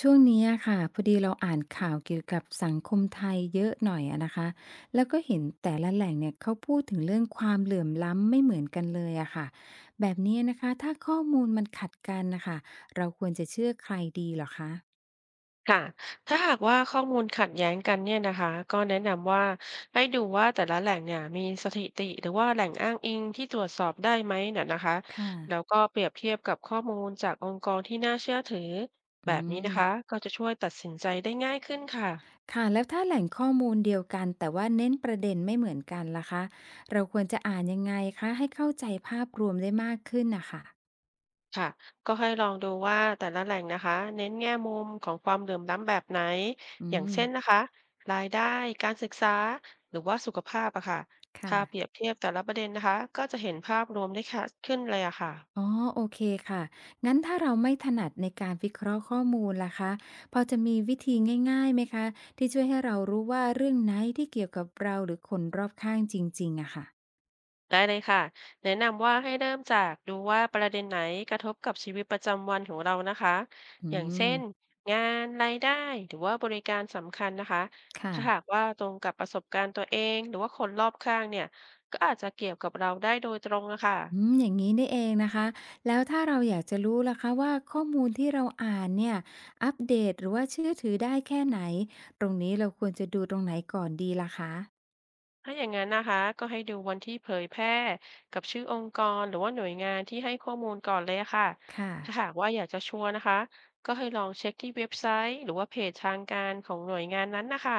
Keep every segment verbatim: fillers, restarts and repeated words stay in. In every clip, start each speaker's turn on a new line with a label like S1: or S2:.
S1: ช่วงนี้อะค่ะพอดีเราอ่านข่าวเกี่ยวกับสังคมไทยเยอะหน่อยอะนะคะแล้วก็เห็นแต่ละแหล่งเนี่ยเขาพูดถึงเรื่องความเหลื่อมล้ำไม่เหมือนกันเลยอะค่ะแบบนี้นะคะถ้าข้อมูลมันขัดกันนะคะเราควรจะเชื่อใครดีเหรอคะ
S2: ค่ะถ้าหากว่าข้อมูลขัดแย้งกันเนี่ยนะคะก็แนะนำว่าให้ดูว่าแต่ละแหล่งเนี่ยมีสถิติหรือว่าแหล่งอ้างอิงที่ตรวจสอบได้ไหมน่ะนะคะ
S1: ค่ะ
S2: แล้วก็เปรียบเทียบกับข้อมูลจากองค์กรที่น่าเชื่อถือแบ
S1: อื
S2: บนี้
S1: ม
S2: นะคะก็จะช่วยตัดสินใจได้ง่ายขึ้นค่ะ
S1: ค่ะแล้วถ้าแหล่งข้อมูลเดียวกันแต่ว่าเน้นประเด็นไม่เหมือนกันล่ะคะเราควรจะอ่านยังไงคะให้เข้าใจภาพรวมได้มากขึ้นนะคะ
S2: ค่ะก็ให้ลองดูว่าแต่ละแหล่งนะคะ เน้นแง่มุมของความเหลื่อมล้ำแบบไหน
S1: อื
S2: อย่าง
S1: ม
S2: เช่นนะคะ รายได้ การศึกษา หรือว่าสุขภาพอะค่ะถ้าเปรีย
S1: ค่ะ
S2: บเทียบแต่ละประเด็นนะคะ ก็จะเห็นภาพรวมได้ชัดขึ้นเลยอะ
S1: อ๋
S2: ค่ะ
S1: อโอเคค่ะงั้นถ้าเราไม่ถนัดในการวิเคราะห์ข้อมูลล่ะคะพอจะมีวิธีง่ายๆไหมคะที่ช่วยให้เรารู้ว่าเรื่องไหนที่เกี่ยวกับเราหรือคนรอบข้างจริงๆอะค่ะ
S2: ได้เลยค่ะแนะนำว่าให้เริ่มจากดูว่าประเด็นไหนกระทบกับชีวิตประจำวันของเรานะคะ
S1: อื
S2: อย่างเช่น
S1: ม
S2: งานรายได้หรือว่าบริการสำคัญนะคะถ้าหาก
S1: ค่ะ
S2: ว่าตรงกับประสบการณ์ตัวเองหรือว่าคนรอบข้างเนี่ยก็อาจจะเกี่ยวกับเราได้โดยตรงนะคะ
S1: อืมอย่างนี้นี่เองนะคะแล้วถ้าเราอยากจะรู้ล่ะคะว่าข้อมูลที่เราอ่านเนี่ยอัปเดตหรือว่าเชื่อถือได้แค่ไหนตรงนี้เราควรจะดูตรงไหนก่อนดีล่ะคะ
S2: ถ้าอย่างนั้นนะคะก็ให้ดูวันที่เผยแพร่กับชื่อองค์กรหรือว่าหน่วยงานที่ให้ข้อมูลก่อนเลยค่ะ
S1: ค่ะ
S2: ถ้าหากว่าอยากจะชัวร์นะคะก็ให้ลองเช็คที่เว็บไซต์หรือว่าเพจทางการของหน่วยงานนั้นนะคะ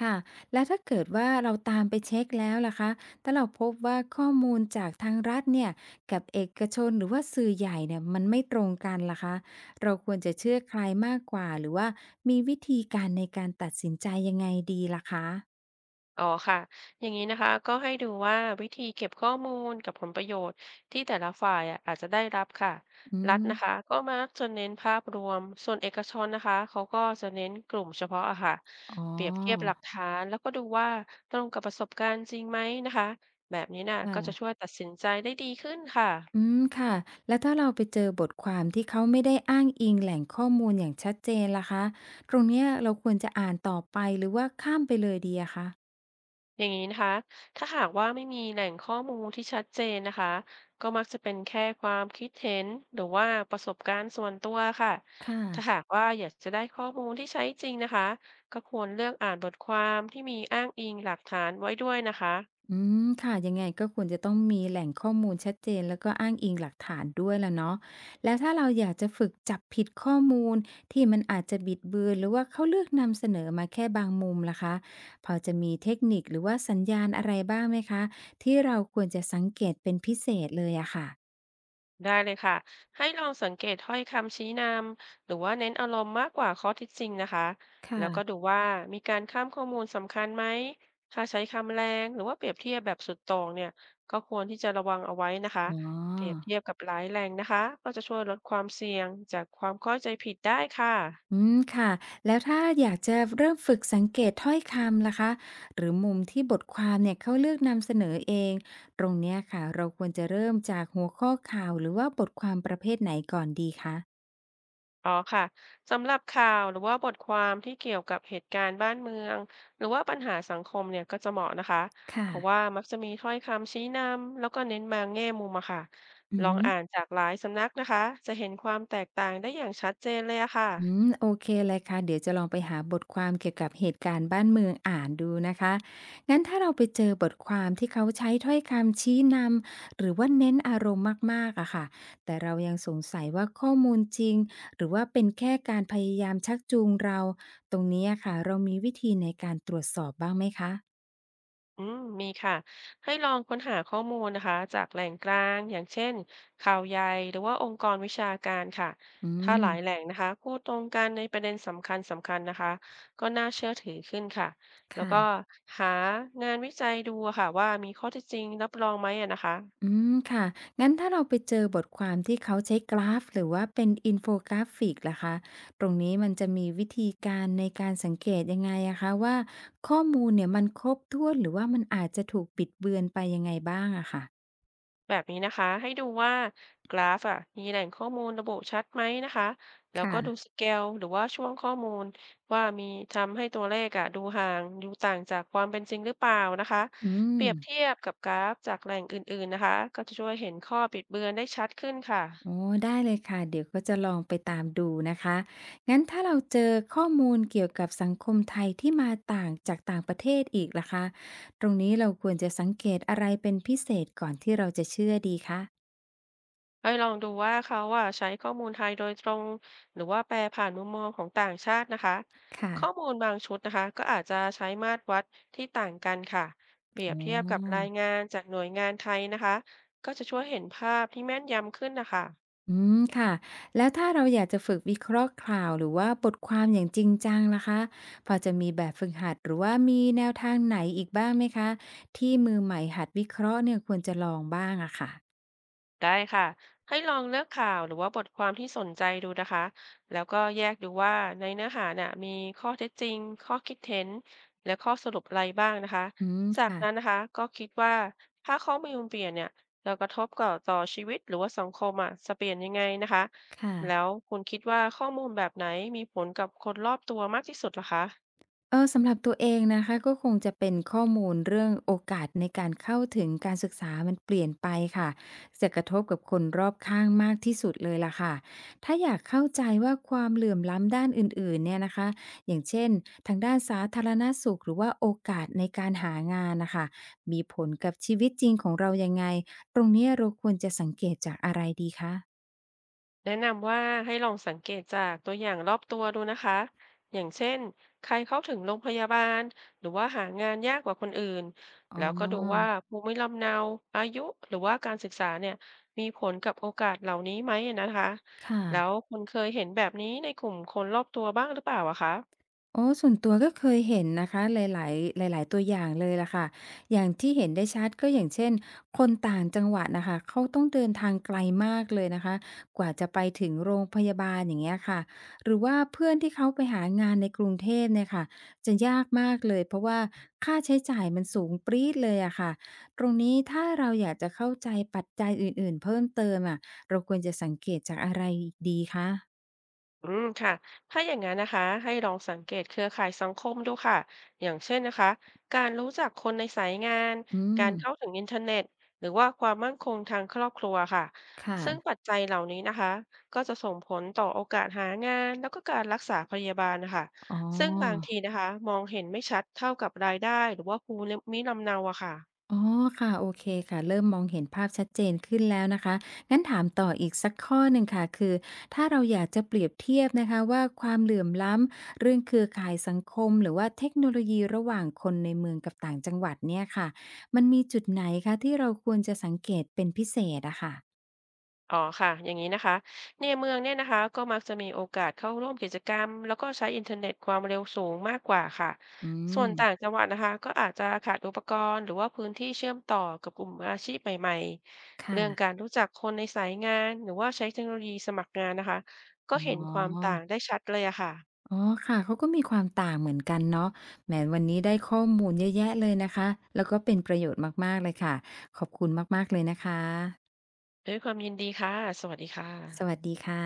S1: ค่ะ แล้วถ้าเกิดว่าเราตามไปเช็คแล้วล่ะคะถ้าเราพบว่าข้อมูลจากทางรัฐเนี่ยกับเอกชนหรือว่าสื่อใหญ่เนี่ยมันไม่ตรงกันล่ะคะเราควรจะเชื่อใครมากกว่าหรือว่ามีวิธีการในการตัดสินใจยังไงดีล่ะคะ
S2: อ๋อค่ะ อย่างนี้นะคะก็ให้ดูว่าวิธีเก็บข้อมูลกับผลประโยชน์ที่แต่ละฝ่ายอะอาจจะได้รับค่ะ
S1: อื
S2: รัฐนะคะ
S1: ม
S2: ก็มักจะเน้นภาพรวม ส่วนเอกชนนะคะเขาก็จะเน้นกลุ่มเฉพาะอะค่ะ
S1: อ๋อ
S2: เปรียบเทียบหลักฐานแล้วก็ดูว่าตรงกับประสบการณ์จริงไหมนะคะ แบบนี้น่ะ
S1: ค่ะ
S2: ก็จะช่วยตัดสินใจได้ดีขึ้นค่ะ
S1: อืมค่ะ แล้วถ้าเราไปเจอบทความที่เขาไม่ได้อ้างอิงแหล่งข้อมูลอย่างชัดเจนล่ะคะตรงเนี้ยเราควรจะอ่านต่อไปหรือว่าข้ามไปเลยดีอะคะ
S2: อย่างนี้นะคะถ้าหากว่าไม่มีแหล่งข้อมูลที่ชัดเจนนะคะก็มักจะเป็นแค่ความคิดเห็นหรือว่าประสบการณ์ส่วนตัวค่ะ
S1: ค
S2: ถ้า
S1: ่ะ
S2: หากว่าอยากจะได้ข้อมูลที่ใช้จริงนะคะก็ควรเลือกอ่านบทความที่มีอ้างอิงหลักฐานไว้ด้วยนะคะ
S1: อืมค่ะยังไงก็ควรจะต้องมีแหล่งข้อมูลชัดเจนแล้วก็อ้างอิงหลักฐานด้วยล่ะเนาะแล้วถ้าเราอยากจะฝึกจับผิดข้อมูลที่มันอาจจะบิดเบือนหรือว่าเขาเลือกนำเสนอมาแค่บางมุมล่ะคะพอจะมีเทคนิคหรือว่าสัญญาณอะไรบ้างไหมคะที่เราควรจะสังเกตเป็นพิเศษเลยอะค่ะ
S2: ได้เลยค่ะ ให้ลองสังเกตถ้อยคำชี้นำหรือว่าเน้นอารมณ์มากกว่าข้อเท็จจริงนะคะ แล้วก็ดู
S1: ค่ะ
S2: ว่ามีการข้ามข้อมูลสำคัญไหมถ้าใช้คำแรงหรือว่าเปรียบเทียบแบบสุดโต่งเนี่ยก็ควรที่จะระวังเอาไว้นะคะ
S1: อ๋อ
S2: เปรียบเทียบกับหลายแรงนะคะ ก็จะช่วยลดความเสี่ยงจากความเข้าใจผิดได้ค่ะ
S1: อืมค่ะแล้วถ้าอยากจะเริ่มฝึกสังเกตถ้อยคำล่ะคะหรือมุมที่บทความเนี่ยเขาเลือกนำเสนอเองตรงเนี้ยค่ะเราควรจะเริ่มจากหัวข้อข่าวหรือว่าบทความประเภทไหนก่อนดีคะ
S2: อ๋อค่ะสำหรับข่าวหรือว่าบทความที่เกี่ยวกับเหตุการณ์บ้านเมืองหรือว่าปัญหาสังคมเนี่ยก็จะเหมาะนะคะเพ
S1: ค่ะ
S2: ราะว่ามักจะมีถ้อยคำชี้นำแล้วก็เน้นบางแง่มุมอะค่ะ
S1: อื
S2: ลอง
S1: ม
S2: อ่านจากหลายสำนักนะคะจะเห็นความแตกต่างได้อย่างชัดเจนเลยอะค่ะ
S1: อืมโอเคเลยค่ะเดี๋ยวจะลองไปหาบทความเกี่ยวกับเหตุการณ์บ้านเมืองอ่านดูนะคะงั้นถ้าเราไปเจอบทความที่เขาใช้ถ้อยคำชี้นำหรือว่าเน้นอารมณ์มากๆอะค่ะแต่เรายังสงสัยว่าข้อมูลจริงหรือว่าเป็นแค่การพยายามชักจูงเราตรงนี้อะค่ะเรามีวิธีในการตรวจสอบบ้างไหมคะ
S2: อืมมีค่ะให้ลองค้นหาข้อมูลนะคะจากแหล่งกลางอย่างเช่นข่าวใหญ่หรือว่าองค์กรวิชาการค่ะ
S1: อื
S2: ถ้า
S1: ม
S2: หลายแหล่งนะคะพูดตรงกันในประเด็นสำคัญสำคัญนะคะก็น่าเชื่อถือขึ้นค่ะแล้วก็
S1: ค่ะ
S2: หางานวิจัยดูอะค่ะว่ามีข้อเท็จจริงรับรองไหมอะนะคะ
S1: อืมค่ะ งั้นถ้าเราไปเจอบทความที่เขาใช้กราฟหรือว่าเป็นอินโฟกราฟิกล่ะคะตรงนี้มันจะมีวิธีการในการสังเกตยังไงอะคะว่าข้อมูลเนี่ยมันครบถ้วนหรือว่ามันอาจจะถูกบิดเบือนไปยังไงบ้างอะค่ะ
S2: แบบนี้นะคะให้ดูว่ากราฟอ่ะมีแหล่งข้อมูลระบุชัดไหมนะคะแล้วก็ดู
S1: ค่ะ
S2: สเกลหรือว่าช่วงข้อมูลว่ามีทำให้ตัวเลขอ่ะดูห่างดูต่างจากความเป็นจริงหรือเปล่านะคะ
S1: อื
S2: เป
S1: ม
S2: รียบเทียบกับกราฟจากแหล่งอื่นๆนะคะก็จะช่วยเห็นข้อบิดเบือนได้ชัดขึ้นค่ะ
S1: โอ้ได้เลยค่ะเดี๋ยวก็จะลองไปตามดูนะคะงั้นถ้าเราเจอข้อมูลเกี่ยวกับสังคมไทยที่มาต่างจากต่างประเทศอีกล่ะคะตรงนี้เราควรจะสังเกตอะไรเป็นพิเศษก่อนที่เราจะเชื่อดีคะ
S2: ให้ลองดูว่าเขาอะใช้ข้อมูลไทยโดยตรงหรือว่าแปลผ่านมุมมองของต่างชาตินะคะ
S1: ค่ะ
S2: ข้อมูลบางชุดนะคะก็อาจจะใช้มาตรวัดที่ต่างกันค่ะเปรี
S1: อ๋
S2: ยบเทียบกับรา
S1: อ
S2: ยงานจากหน่วยงานไทยนะคะก็จะช่วยเห็นภาพที่แม่นยำขึ้นนะคะ
S1: อืม ค่ะ แล้วถ้าเราอยากจะฝึกวิเคราะห์ข่าวหรือว่าบทความอย่างจริงจังล่ะคะ พอจะมีแบบฝึกหัดหรือว่ามีแนวทางไหนอีกบ้างไหมคะที่มือใหม่หัดวิเคราะห์เนี่ยควรจะลองบ้างอะค่ะ
S2: ได้ค่ะให้ลองเลือกข่าวหรือว่าบทความที่สนใจดูนะคะแล้วก็แยกดูว่าในเนื้อหาเนี่ยมีข้อเท็จจริงข้อคิดเห็นและข้อสรุปอะไรบ้างนะคะ
S1: อืม
S2: จาก
S1: ค่ะ
S2: นั้นนะคะก็คิดว่าถ้าข้อมูลเปลี่ยนเนี่ยเรากระทบกับต่อชีวิตหรือว่าสังคมอ่ะจะเปลี่ยนยังไงนะคะ
S1: ค่ะ
S2: แล้วคุณคิดว่าข้อมูลแบบไหนมีผลกับคนรอบตัวมากที่สุดล่ะคะ
S1: เออสำหรับตัวเองนะคะก็คงจะเป็นข้อมูลเรื่องโอกาสในการเข้าถึงการศึกษามันเปลี่ยนไปค่ะจะกระทบกับคนรอบข้างมากที่สุดเลยล่ะค่ะถ้าอยากเข้าใจว่าความเหลื่อมล้ำด้านอื่นๆเนี่ยนะคะอย่างเช่นทางด้านสาธารณสุขหรือว่าโอกาสในการหางานนะคะมีผลกับชีวิตจริงของเรายังไงตรงเนี้ยเราควรจะสังเกตจากอะไรดีคะ
S2: แนะนำว่าให้ลองสังเกตจากตัวอย่างรอบตัวดูนะคะอย่างเช่นใครเข้าถึงโรงพยาบาลหรือว่าหางานยากกว่าคนอื่น
S1: อ๋
S2: แล้วก็ดูว่า
S1: อ
S2: ภูมิลำเนาอายุหรือว่าการศึกษาเนี่ยมีผลกับโอกาสเหล่านี้ไหมนะคะ
S1: ค
S2: แล้ว
S1: ่ะ
S2: คุณเคยเห็นแบบนี้ในกลุ่มคนรอบตัวบ้างหรือเปล่าอะคะ
S1: อ๋อส่วนตัวก็เคยเห็นนะคะหลายๆหลายๆตัวอย่างเลยล่ะค่ะอย่างที่เห็นได้ชัดก็อย่างเช่นคนต่างจังหวัดน่ะค่ะเขาต้องเดินทางไกลมากเลยนะคะกว่าจะไปถึงโรงพยาบาลอย่างเงี้ยค่ะหรือว่าเพื่อนที่เขาไปหางานในกรุงเทพเนี่ยค่ะจะยากมากเลยเพราะว่าค่าใช้จ่ายมันสูงปรี๊ดเลยอะค่ะตรงนี้ถ้าเราอยากจะเข้าใจปัจจัยอื่นๆเพิ่มเติมอะเราควรจะสังเกตจากอะไรดีคะ
S2: อืมค่ะถ้าอย่างนั้นนะคะให้ลองสังเกตเครือข่ายสังคมดูค่ะอย่างเช่นนะคะการรู้จักคนในสายงาน
S1: อื
S2: กา
S1: ม
S2: รเข้าถึงอินเทอร์เน็ตหรือว่าความมั่นคงทางครอบครัวค่ะ
S1: ค่ะ
S2: ซึ่งปัจจัยเหล่านี้นะคะก็จะส่งผลต่อโอกาสหางานแล้วก็การรักษาพยาบาลนะคะ
S1: อ๋
S2: ซึ่งบาง
S1: อ
S2: ทีนะคะมองเห็นไม่ชัดเท่ากับรายได้หรือว่าภูมิลำเนาอะค่ะ
S1: อ๋อค่ะโอเคค่ะเริ่มมองเห็นภาพชัดเจนขึ้นแล้วนะคะงั้นถามต่ออีกสักข้อหนึ่งค่ะคือถ้าเราอยากจะเปรียบเทียบนะคะว่าความเหลื่อมล้ำเรื่องเครือข่ายสังคมหรือว่าเทคโนโลยีระหว่างคนในเมืองกับต่างจังหวัดเนี่ยค่ะมันมีจุดไหนคะที่เราควรจะสังเกตเป็นพิเศษอะค่ะ
S2: อ๋อค่ะอย่างนี้นะคะในเมืองเนี่ยนะคะก็มักจะมีโอกาสเข้าร่วมกิจกรรมแล้วก็ใช้อินเทอร์เน็ตความเร็วสูงมากกว่าค่ะ
S1: อื
S2: ส่วน
S1: ม
S2: ต่างจังหวัดนะคะก็อาจจะขาดอุปกรณ์หรือว่าพื้นที่เชื่อมต่อกับกลุ่มอาชีพใหม่ๆเรื่อง
S1: ค่ะ
S2: การรู้จักคนในสายงานหรือว่าใช้เทคโนโลยีสมัครงานนะคะก็
S1: อ๋
S2: เห็นความ
S1: อ
S2: ต่างได้ชัดเลยอะค่ะ
S1: อ๋อค่ะเขาก็มีความต่างเหมือนกันเนาะแหมวันนี้ได้ข้อมูลเยอะแยะเลยนะคะแล้วก็เป็นประโยชน์มากๆเลยค่ะขอบคุณมากๆเลยนะคะ
S2: ด้วยความยินดีค่ะสวัสดีค่ะ
S1: สวัสดีค่ะ